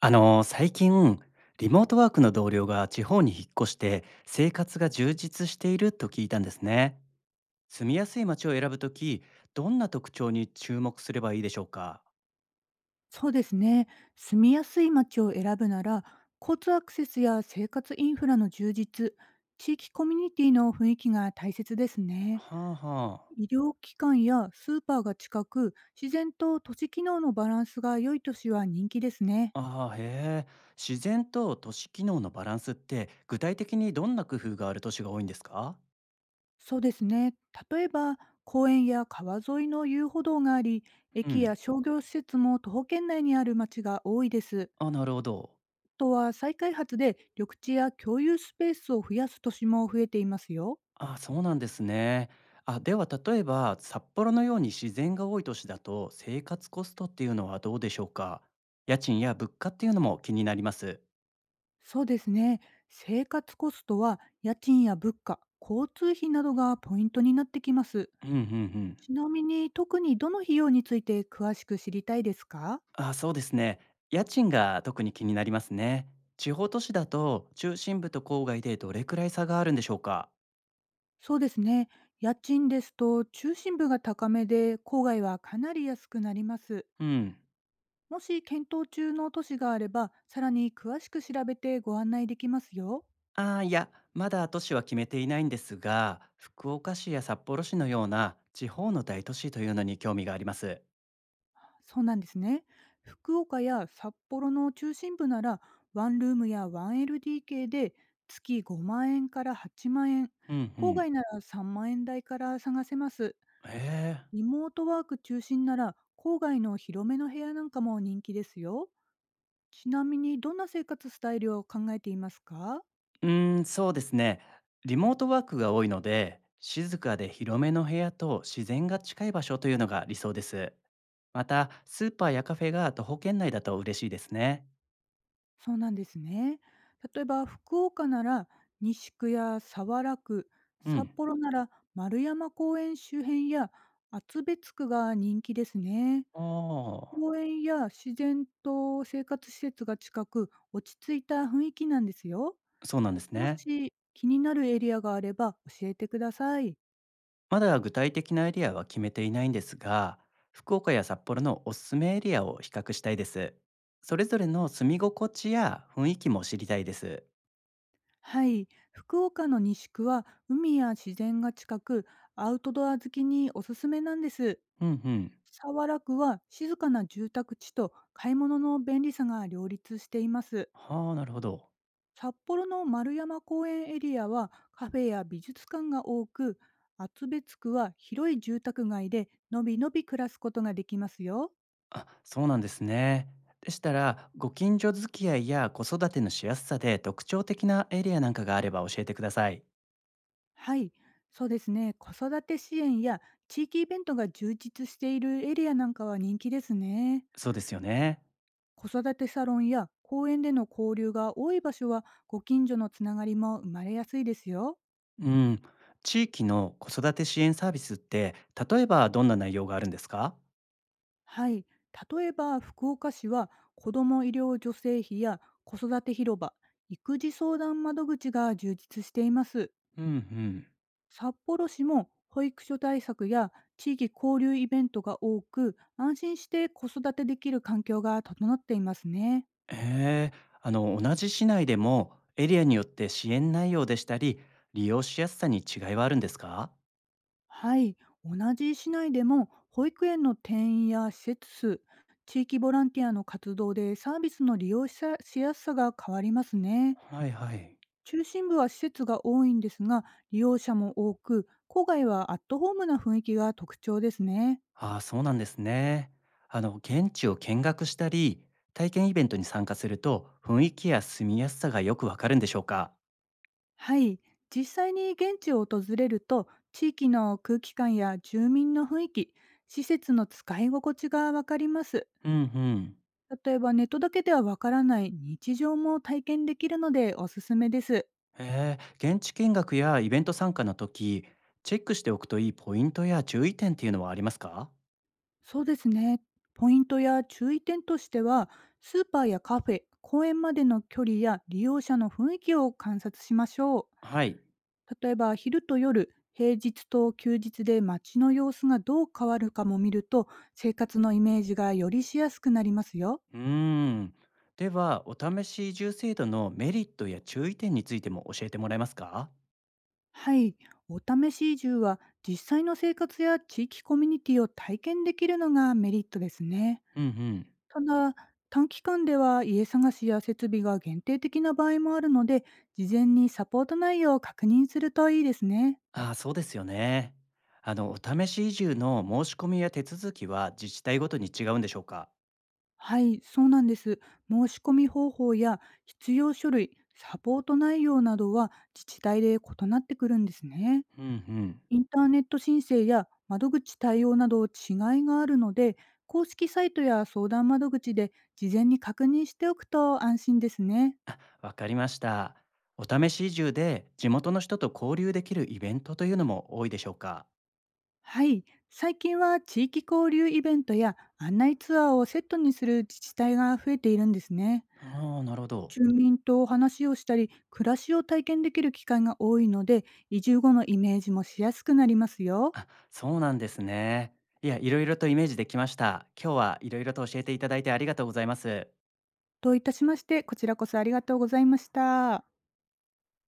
最近リモートワークの同僚が地方に引っ越して生活が充実していると聞いたんですね。住みやすい街を選ぶとき、どんな特徴に注目すればいいでしょうか？そうですね。住みやすい街を選ぶなら、交通アクセスや生活インフラの充実、地域コミュニティの雰囲気が大切ですね。はあは医療機関やスーパーが近く、自然と都市機能のバランスが良い都市は人気ですね。あ。ああ。へえ。自然と都市機能のバランスって具体的にどんな工夫がある都市が多いんですか？そうですね。例えば、公園や川沿いの遊歩道があり、う駅ん。や商業施設も徒歩圏内にある街が多いです。あ、なるほど。あとは再開発で緑地や共有スペースを増やす都市も増えていますよ。あ、そうなんですね。あ、では例えば札幌のように自然が多い都市だと生活コストっていうのはどうでしょうか。家賃や物価っていうのも気になります。そうですね。生活コストは家賃や物価、交通費などがポイントになってきます。うんうんうん。ちなみに、特にどの費用について詳しく知りたいですか？あ、そうですね。家賃が特に気になりますね。地方都市だと中心部と郊外でどれくらい差があるんでしょうか。そうですね。家賃ですと中心部が高めで郊外はかなり安くなります。うん。もし検討中の都市があれば、さらに詳しく調べてご案内できますよ。ああ、いや、まだ都市は決めていないんですが、福岡市や札幌市のような地方の大都市というのに興味があります。そうなんですね。福岡や札幌の中心部なら、ワンルームやワン LDK で月5万円から8万円、うんう郊ん。外なら3万円台から探せます。へえ。リモートワーク中心なら、郊外の広めの部屋なんかも人気ですよ。ちなみに、どんな生活スタイルを考えていますか？うーん、そうですね。リモートワークが多いので、静かで広めの部屋と自然が近い場所というのが理想です。また、スーパーやカフェが徒歩圏内だと嬉しいですね。そうなんですね。例えば福岡なら西区や早良区、う札ん。幌なら丸山公園周辺や厚別区が人気ですね。ああ、公園や自然と生活施設が近く、落ち着いた雰囲気なんですよ。そうなんですもね。し気になるエリアがあれば教えてください。まだ具体的なエリアは決めていないんですが、福岡や札幌のおすすめエリアを比較したいです。それぞれの住み心地や雰囲気も知りたいです。はい、福岡の西区は海や自然が近く、アウトドア好きにおすすめなんです。うんうん。沢良区は静かな住宅地と買い物の便利さが両立しています。はあ、なるほど。札幌の丸山公園エリアはカフェや美術館が多く、厚別区は広い住宅街でのびのび暮らすことができますよ。あ、そうなんですね。でしたら、ご近所付き合いや子育てのしやすさで特徴的なエリアなんかがあれば教えてください。はい、そうですね。子育て支援や地域イベントが充実しているエリアなんかは人気ですね。そうですよね。子育てサロンや公園での交流が多い場所は、ご近所のつながりも生まれやすいですよ。うん。地域の子育て支援サービスって、例えばどんな内容があるんですか？はい、例えば福岡市は子ども医療助成費や子育て広場、育児相談窓口が充実しています。うんうん。札幌市も保育所対策や地域交流イベントが多く、安心して子育てできる環境が整っていますね。ええ。同じ市内でもエリアによって支援内容でしたり、利用しやすさに違いはあるんですか？はい、同じ市内でも保育園の定員や施設数、地域ボランティアの活動でサービスの利用しやしやすさが変わりますね。はいはい。中心部は施設が多いんですが、利用者も多く、郊外はアットホームな雰囲気が特徴ですね。ああ、そうなんですね。現地を見学したり、体験イベントに参加すると、雰囲気や住みやすさがよくわかるんでしょうか？はい、実際に現地を訪れると、地域の空気感や住民の雰囲気、施設の使い心地がわかります。うんうん。例えばネットだけではわからない日常も体験できるので、おすすめです。へえ、現地見学やイベント参加の時、チェックしておくといいポイントや注意点っていうのはありますか？そうですね。ポイントや注意点としては、スーパーやカフェ、公園までの距離や利用者の雰囲気を観察しましょう。はい。例えば昼と夜、平日と休日で街の様子がどう変わるかも見ると、生活のイメージがよりしやすくなりますよ。うーん。では、お試し移住制度のメリットや注意点についても教えてもらえますか？はい。お試し移住は実際の生活や地域コミュニティを体験できるのがメリットですね。うんうん。ただ、短期間では家探しや設備が限定的な場合もあるので、事前にサポート内容を確認するといいですね。ああ、そうですよね。お試し移住の申し込みや手続きは自治体ごとに違うんでしょうか？はい、そうなんです。申し込み方法や必要書類、サポート内容などは自治体で異なってくるんですね。うんうん。インターネット申請や窓口対応など違いがあるので、公式サイトや相談窓口で事前に確認しておくと安心ですね。わかりました。お試し移住で地元の人と交流できるイベントというのも多いでしょうか？はい、最近は地域交流イベントや案内ツアーをセットにする自治体が増えているんですね。ああ、なるほど。住民と話をしたり、暮らしを体験できる機会が多いので、移住後のイメージもしやすくなりますよ。あ、そうなんですね。いや、いろいろとイメージできました。今日はいろいろと教えていただいてありがとうございます。といたしまして、こちらこそありがとうございました。